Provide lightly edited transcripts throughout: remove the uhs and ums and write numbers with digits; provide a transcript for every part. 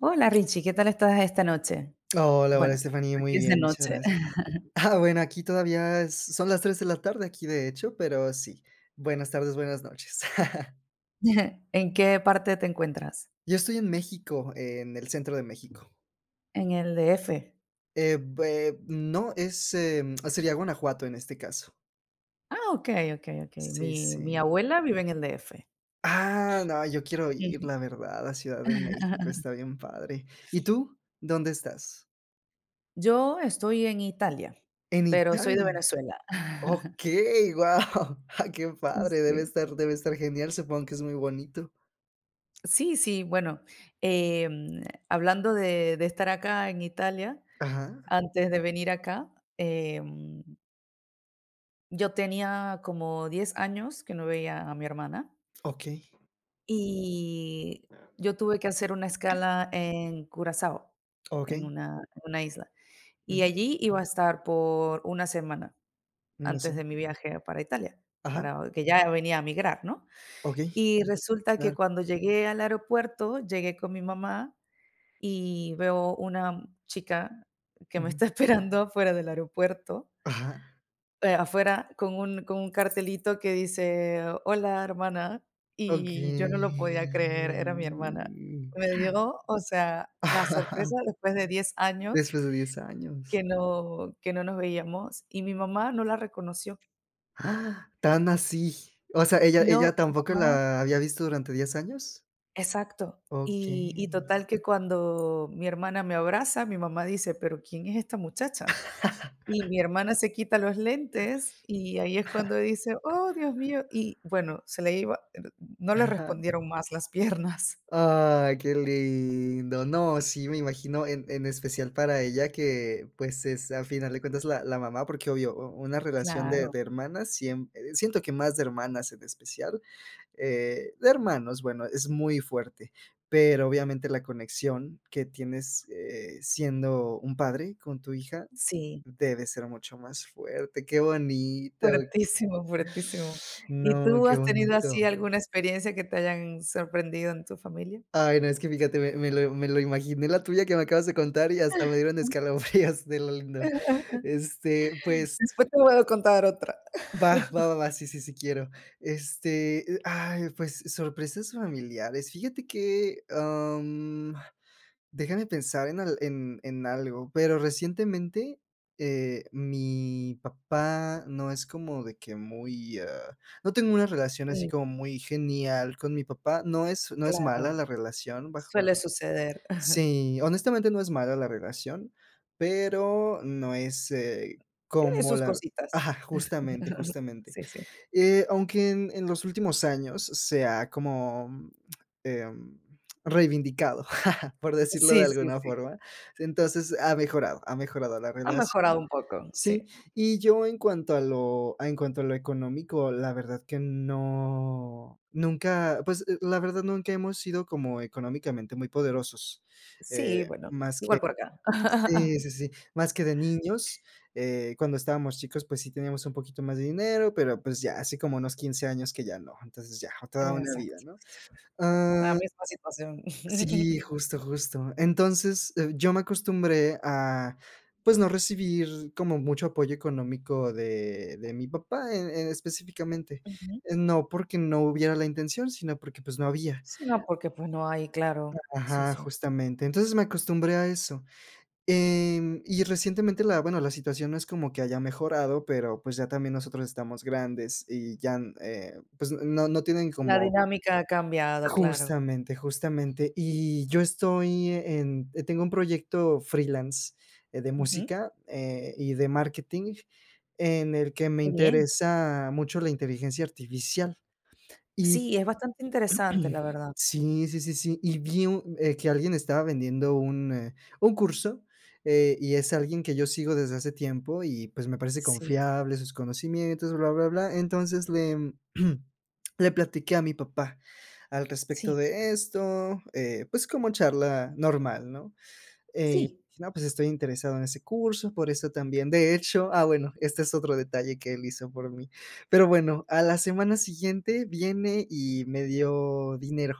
Hola Richie, ¿qué tal estás esta noche? Hola, hola, Bueno, Estefanía, aquí muy es de bien, muchas noche. gracias. Bueno, aquí todavía es son las 3 de la tarde aquí, de hecho, pero sí. Buenas tardes, buenas noches. ¿En qué parte te encuentras? Yo estoy en México, en el centro de México. En el DF. Bue no, es, sería Guanajuato en este caso. Ah, okey, okey, okey. Sí, Mi sí. abuela vive en el DF. Ah, no, yo quiero ir, Ujú. la verdad, a Ciudad de México, está bien padre. ¿Y tú? ¿Dónde estás? Yo estoy en Italia, En pero soy de Italia. Venezuela. Okey, guau. qué padre, debe Sí. estar debe estar genial, supongo que es muy bonito. Sí, sí, bueno, hablando de estar acá en Italia, Ajá. antes de venir acá, yo tenía como 10 años que no veía a mi hermana. Okey, Y yo tuve que hacer una escala en Curazao, okey. En una isla, y Ujú, allí iba a estar por una semana me antes suena. de mi viaje para Italia, Ajá, para que ya venía a migrar, ¿no? okey, Y resulta que claro. cuando llegué al aeropuerto, llegué con mi mamá y veo una chica que me Ujú. está esperando afuera del aeropuerto, Ajá, afuera con un cartelito que dice: "Hola, hermana", y yo no lo podía creer, era mi hermana. okey. Me dio, o sea, la sorpresa después de 10 años Después de 10 años. que no nos veíamos, y mi mamá no la reconoció. ¡Ah! Tan así. O sea, ¿ella No, ella mi tampoco mamá la había visto durante 10 años? exacto. Okey. Y total que cuando mi hermana me abraza, mi mamá dice: "Pero, ¿quién es esta muchacha?". Y mi hermana se quita los lentes, y ahí es cuando dice: "Oh, Dios mío". Y bueno, se le iba no le Ajá. respondieron más las piernas. Ay, qué lindo. No, sí, me imagino, en especial para ella que, pues, es a final de cuentas la mamá, porque obvio, u una relación de Claro, de hermanas siem siento que más de hermanas en especial de hermanos, bueno, es muy fuerte, pero obviamente la conexión que tienes siendo un padre con tu hija sí, debe ser mucho más fuerte. Qué bonito. fuertísimo, fuertísimo. ¿Y No, tú qué has tenido bonito. así alguna experiencia que te hayan sorprendido en tu familia? Ay, no, es que fíjate, me, me lo imaginé la tuya que me acabas de contar y hasta me dieron escalofríos de lo lindo. Este, pues, Después te voy a contar otra. Sí, sí, sí quiero. Este, ay, pues sorpresas familiares. Fíjate que, déjame pensar en al en algo, pero recientemente, mi papá no es como de que muy, no tengo una relación así Mm, como muy genial con mi papá, no es no es mala claro, la relación bajo suele suceder. sí, honestamente no es mala la relación, pero no es, Tiene como sus la cositas. ajá, justamente, justamente. Sí, sí. Aunque en los últimos años se ha como, em, reivindicado, por decirlo Sí, de sí, alguna sí. forma. Entonces, ha mejorado la Ha mejorado relación. un poco, sí. Sí, y yo en cuanto a lo a- en cuanto a lo económico, la verdad que no, nunca, pues, la verdad nunca hemos sido como económicamente muy poderosos, Sí, bueno, más que igual por acá. sí, sí, sí, más que de niños, cuando estábamos chicos, pues sí teníamos un poquito más de dinero, pero pues ya hace como unos 15 años que ya no, entonces ya, toda una vida, Exacto, ¿no? sí, sí, sí. La Ah, misma situación. sí, justo, justo. Entonces, yo me acostumbré a, pues, no recibir como mucho apoyo económico de mi papá, en específicamente. Ujú. No porque no hubiera la intención, sino porque, pues, no había. Sí, no, porque, pues, no hay claro, sí, Ajá, sí. justamente. Entonces me acostumbré a eso. Y recientemente la bueno, la situación no es como que haya mejorado, pero, pues, ya también nosotros estamos grandes y ya, pues, no tienen La como dinámica ha cambiado, claro. justamente, justamente. Y yo estoy en tengo un proyecto freelance, de Ujú. música, y de marketing, en el que me Qué bien. interesa mucho la inteligencia artificial. Y Sí, es bastante interesante, la verdad. sí, sí, sí, sí. Y vi un que alguien estaba vendiendo un curso, y es alguien que yo sigo desde hace tiempo y, pues, me parece Sí, confiable, sus conocimientos, bla, bla, bla. Entonces le, le platiqué a mi papá al sí, respecto de esto, pues, como charla normal, ¿no? sí. Dije: "No, pues, estoy interesado en ese curso, por eso también". De hecho bueno, este es otro detalle que él hizo por mí. Pero bueno, a la semana siguiente viene y me dio dinero.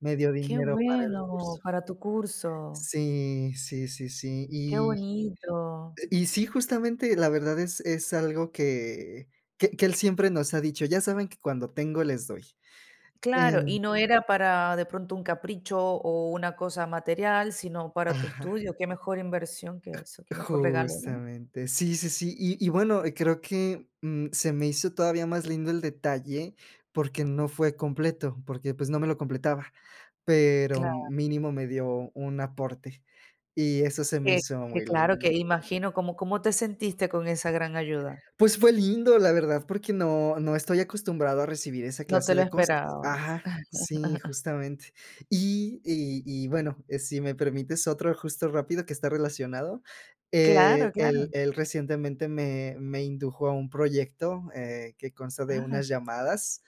Me dio Qué dinero para el bueno, curso. para tu curso. Sí, sí, sí, sí. Qué bonito. Y sí, justamente, la verdad es algo que que él siempre nos ha dicho: "Ya saben que cuando tengo les doy". Claro, Em y no era para, de pronto, un capricho o una cosa material, sino para tu ajá, estudio. Qué mejor inversión que eso, qué mejor regalo, ¿no? justamente. Sí, sí, sí. Y bueno, creo que, se me hizo todavía más lindo el detalle porque no fue completo, porque, pues, no me lo completaba, pero Claro. mínimo me dio un aporte, y eso se Que me hizo que muy claro, lindo. que imagino, ¿cómo te sentiste con esa gran ayuda? Pues fue lindo, la verdad, porque no estoy acostumbrado a recibir esa No te clase lo de cosas. esperabas. Ajá, sí, justamente. Y bueno, si me permites otro justo rápido que está relacionado, Claro, claro. él recientemente me indujo a un proyecto, que consta de Ah, unas llamadas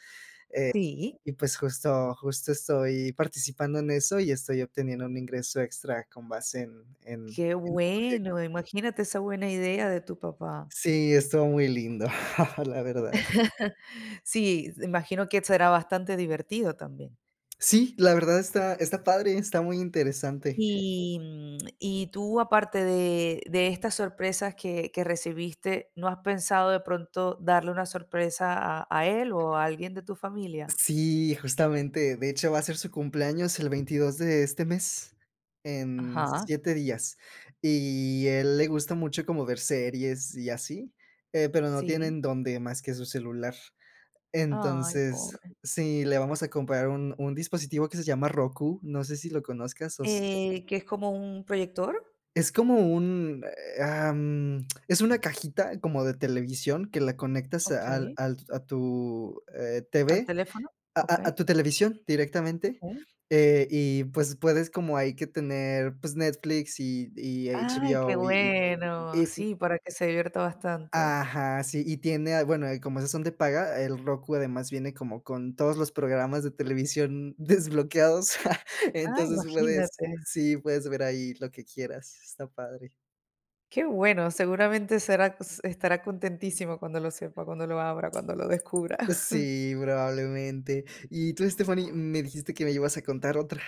sí, y, pues, justo justo estoy participando en eso y estoy obteniendo un ingreso extra con base en en qué en un proyecto. bueno, imagínate esa buena idea de tu papá. Sí, estuvo muy lindo, la verdad. Sí, imagino que será bastante divertido también. Sí, la verdad está está padre, está muy interesante. Y, mm, y tú, aparte de estas sorpresas que recibiste, ¿no has pensado de pronto darle una sorpresa a él o a alguien de tu familia? Sí, justamente, de hecho, va a ser su cumpleaños el 22 de este mes, en Ajá, 7 días, y él le gusta mucho como ver series y así, pero no tienen sí. en dónde más que su celular. Ay, Entonces, pobre. sí, le vamos a comprar un dispositivo que se llama Roku, no sé si lo conozcas o Que es como un proyector, es como un, es una cajita como de televisión que la conectas ok, al al a tu, al TV, teléfono, a ok, a a tu televisión directamente, ok. Y, pues, puedes como ahí que tener, pues, Netflix y Ay, qué HBO y y bueno, y sí, para que se divierta bastante. ajá, sí, y tiene, bueno, como esas son de paga, el Roku además viene como con todos los programas de televisión desbloqueados, Ah, entonces puedes imagínate, sí, puedes ver ahí lo que quieras, está padre. qué bueno, seguramente será estará contentísimo cuando lo sepa, cuando lo abra, cuando lo descubra. Sí, probablemente. Y tú, Stephanie, me dijiste que me ibas a contar otra.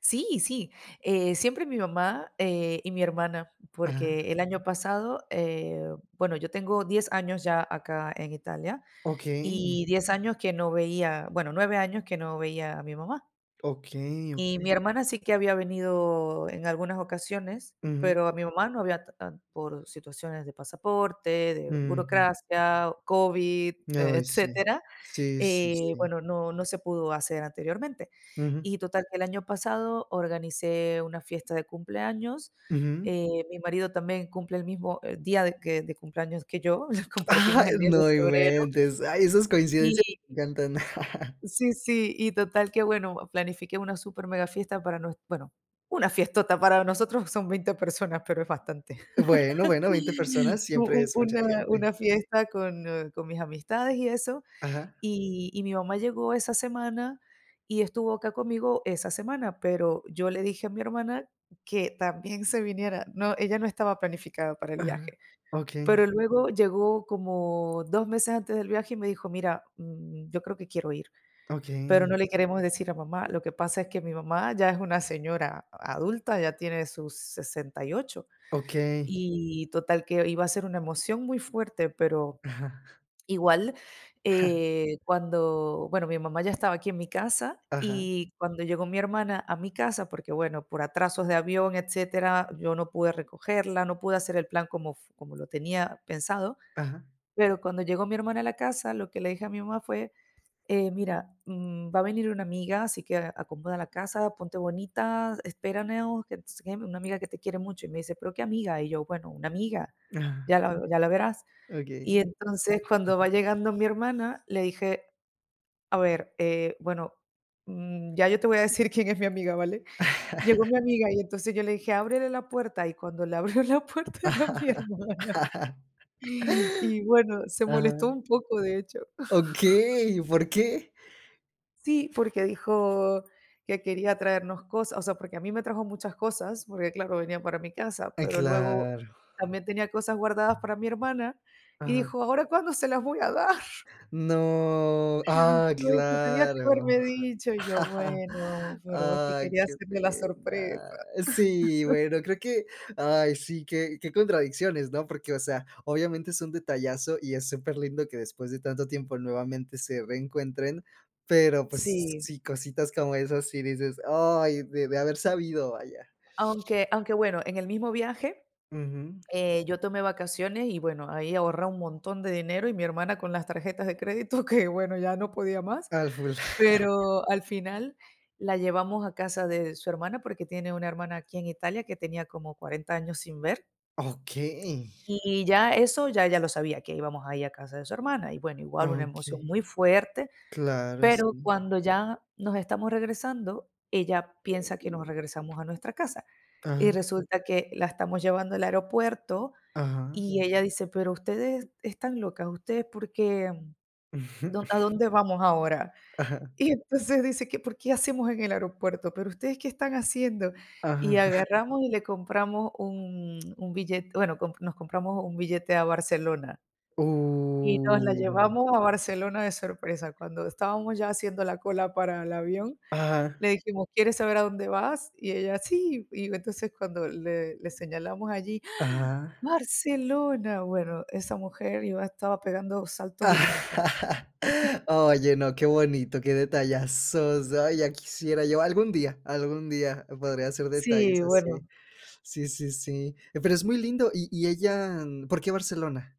Sí, sí, siempre mi mamá, y mi hermana, Ajá. porque el año pasado, bueno, yo tengo 10 años ya acá en Italia Okey, y 10 años que no veía, bueno, 9 años que no veía a mi mamá. okey, Y mi okey. hermana sí que había venido en algunas ocasiones, Ujú, pero a mi mamá no había por situaciones de pasaporte, de ujú. burocracia, COVID, Ay, sí. etcétera, Sí, sí, sí. bueno, no se pudo hacer anteriormente. Ujú, Y total que el año pasado organicé una fiesta de cumpleaños, ujú. Mi marido también cumple el mismo, día de que de cumpleaños que yo, Ah, compartimos el 10 de no febrero. inventes. Ay, esas coincidencias me encantan. Sí, sí, y total que, bueno, planifiqué una super mega fiesta para nues bueno, una fiestota, para nosotros son 20 personas, pero es bastante. Bueno, bueno, 20 personas U siempre u es mucha una gente. Fiesta con mis amistades y eso, Ajá, y mi mamá llegó esa semana y estuvo acá conmigo esa semana, pero yo le dije a mi hermana que también se viniera, no, ella no estaba planificada para el ajá. viaje, pero Okey, luego llegó como 2 meses antes del viaje y me dijo: "Mira, yo creo que quiero ir". Pero okey, no le queremos decir a mamá. Lo que pasa es que mi mamá ya es una señora adulta, ya tiene sus 68, okey. y ocho. Y total que iba a ser una emoción muy fuerte, pero Ajá, igual, cuando bueno, mi mamá ya estaba aquí en mi casa, ajá, y cuando llegó mi hermana a mi casa, porque, bueno, por atrasos de avión, etcétera, yo no pude recogerla, no pude hacer el plan como f como lo tenía pensado, ajá, pero cuando llegó mi hermana a la casa, lo que le dije a mi mamá fue: mira, va a venir una amiga, así que acomoda la casa, ponte bonita, espéranos, que no sé qué, una amiga que te quiere mucho. Y me dice, ¿pero qué amiga? Y yo, bueno, una amiga, ajá, ya la verás. Y okey. entonces cuando va llegando mi hermana, le dije, a ver, bueno, ya yo te voy a decir quién es mi amiga, ¿vale? Llegó mi amiga y entonces yo le dije, ábrele la puerta. Y cuando le abrió la puerta era Ajá. mi hermana. Y bueno, se molestó Ajá. un poco, de hecho. Okey, ¿por qué? Sí, porque dijo que quería traernos cosas, o sea, porque a mí me trajo muchas cosas, porque claro, venía para mi casa, Ah, pero luego claro. también tenía cosas guardadas para mi hermana y Ajá. dijo: "¿Ahora cuándo se las voy a dar?". No. Ah, Me dijo: "Tenías que claro. haberme dicho". Y yo: "Bueno, pero es que Ay, quería qué hacerle la pena. sorpresa". Sí, bueno, creo que, ay, sí, qué qué contradicciones, ¿no? Porque, o sea, obviamente es un detallazo y es superlindo que después de tanto tiempo nuevamente se reencuentren, pero, pues, s Sí, sí, cositas como esas sí dices: "Ay, de haber sabido, vaya". aunque bueno, en el mismo viaje, Ujú. Yo tomé vacaciones y bueno, ahí ahorré un montón de dinero y mi hermana con las tarjetas de crédito que bueno, ya no podía más. Al full. Pero al final la llevamos a casa de su hermana, porque tiene una hermana aquí en Italia que tenía como 40 años sin ver, Okey, y ya eso ya ella lo sabía, que íbamos ahí a casa de su hermana, y bueno, igual una emoción okey. muy fuerte, Claro, pero sí. cuando ya nos estamos regresando, ella piensa que nos regresamos a nuestra casa, y Ajá, resulta que la estamos llevando al aeropuerto, ajá. y ella dice: "Pero ustedes están locas, ustedes porque, ¿a dónde vamos ahora?". Y entonces dice que: "¿Por qué hacemos en el aeropuerto? Pero ustedes, ¿qué están haciendo?". Y agarramos y le compramos un billete, bueno, comp nos compramos un billete a Barcelona y nos la llevamos a Barcelona de sorpresa. Cuando estábamos ya haciendo la cola para el avión, ajá, le dijimos: "¿Quieres saber a dónde vas?". Y ella: "Sí". Y entonces cuando le señalamos allí: ajá. ¡Ah! Ajá, "Barcelona". Bueno, esa mujer iba estaba pegando saltos y brincos. ajá. Oye, no, qué bonito, qué detallazos. Ay, ya quisiera yo algún día podría hacer Sí, detalles bueno. así. Sí, sí, sí. Pero es muy lindo. Y ella, ¿por qué Barcelona?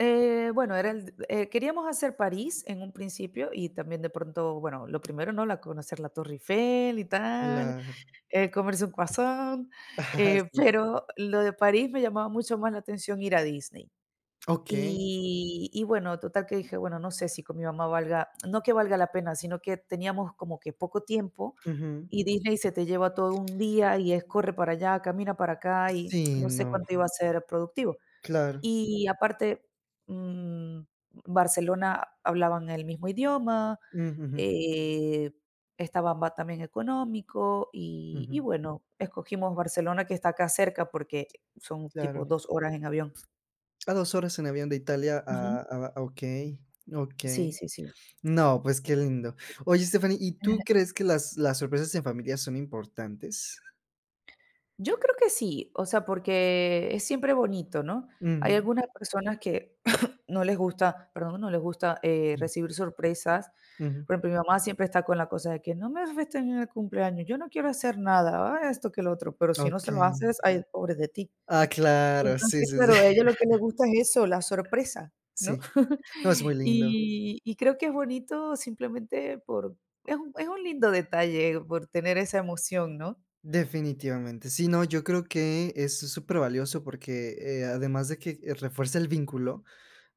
Bueno, era el queríamos hacer París en un principio y también de pronto, bueno, lo primero, ¿no? La conocer la Torre Eiffel y tal, Claro. Comerse un croissant, Ajá, sí. pero lo de París me llamaba mucho más la atención ir a Disney. Okey. Y bueno, total que dije: "Bueno, no sé si con mi mamá valga", no que valga la pena, sino que teníamos como que poco tiempo Ujú. y Disney se te lleva todo un día y es corre para allá, camina para acá y Sí, no sé no, cuánto iba a ser productivo. claro. Y aparte, mm, Barcelona hablaban el mismo idioma, Mm, eh, estaba ma también económico ujú, ujú, y bueno, escogimos Barcelona, que está acá cerca, porque son tipo claro. 2 horas en avión. A 2 horas en avión de Italia Ujú. a okey, Sí, okey. sí, sí. No, pues qué lindo. Oye, Stephanie, ¿y tú crees que las sorpresas en familia son importantes? Yo creo que sí, o sea, porque es siempre bonito, ¿no? Hay Ujú, algunas personas que no les gusta, perdón, no les gusta, recibir sorpresas. ujú. Por ejemplo, mi mamá siempre está con la cosa de que no me festen en el cumpleaños, yo no quiero hacer nada, ah, esto que lo otro, pero si no se lo Okey. haces, ay, pobre de ti. Ah, claro, sí, Entonces, sí, sí, claro, a ella lo que le gusta es eso, la sorpresa, ¿no? sí. No, es muy lindo. Y creo que es bonito simplemente por es un lindo detalle por tener esa emoción, ¿no? Definitivamente. Sí, no, yo creo que es súper valioso porque, además de que refuerza el vínculo,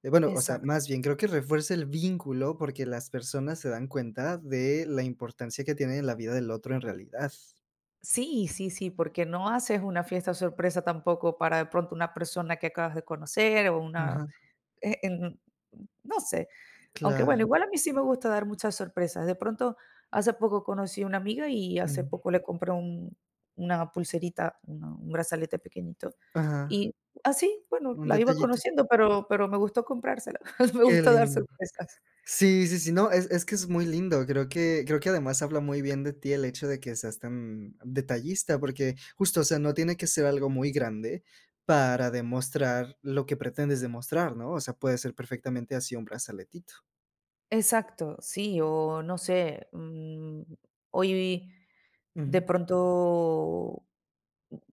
bueno, o sea, Exacto. más bien creo que refuerza el vínculo porque las personas se dan cuenta de la importancia que tiene la vida del otro en realidad. Sí, sí, sí, porque no haces una fiesta sorpresa tampoco para de pronto una persona que acabas de conocer o una, Ajá, en- no sé, aunque bueno, claro, igual a mí sí me gusta dar muchas sorpresas. De pronto, hace poco conocí a una amiga y hace ujú, poco le compré un- una pulserita, una- un brazalete pequeñito. ajá, Y así, bueno, un la iba detallito, conociendo, pero me gustó comprársela, me qué gusta dar lindo. sorpresas. Sí, sí, sí, no, es que es muy lindo, creo que además habla muy bien de ti el hecho de que seas tan detallista, porque justo, o sea, no tiene que ser algo muy grande para demostrar lo que pretendes demostrar, ¿no? O sea, puede ser perfectamente así un brazaletito. Exacto, sí, o no sé, mm, hoy... De Ujú, pronto,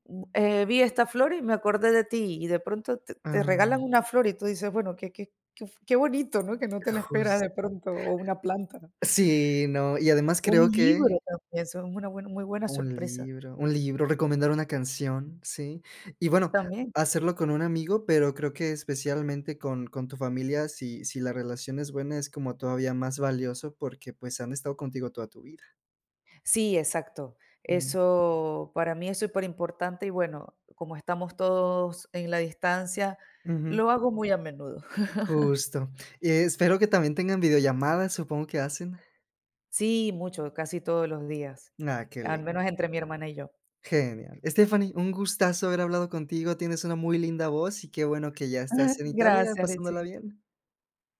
vi esta flor y me acordé de ti, y de pronto te ah, regalan una flor y tú dices: "Bueno, qué bonito", ¿no? Que no te la esperas jus de pronto, o una planta. sí, no, y además Un creo que libro también, eso es una buena muy buena un sorpresa, libro, un libro, recomendar una canción, sí. Y bueno, también. hacerlo con un amigo, pero creo que especialmente con tu familia, si si la relación es buena, es como todavía más valioso porque, pues, han estado contigo toda tu vida. Sí, exacto. Mm, Eso para mí es súper importante y bueno, como estamos todos en la distancia, ujú, lo hago muy a menudo. justo. Y espero que también tengan videollamadas, supongo que hacen. Sí, mucho, casi todos los días, Ah, qué al lindo. menos entre mi hermana y yo. Genial. Stephanie, un gustazo haber hablado contigo. Tienes una muy linda voz y qué bueno que ya estás en Italia Gracias, pasándola Richie. bien.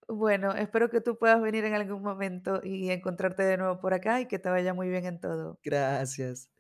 Bueno, espero que tú puedas venir en algún momento y encontrarte de nuevo por acá y que te vaya muy bien en todo. Gracias.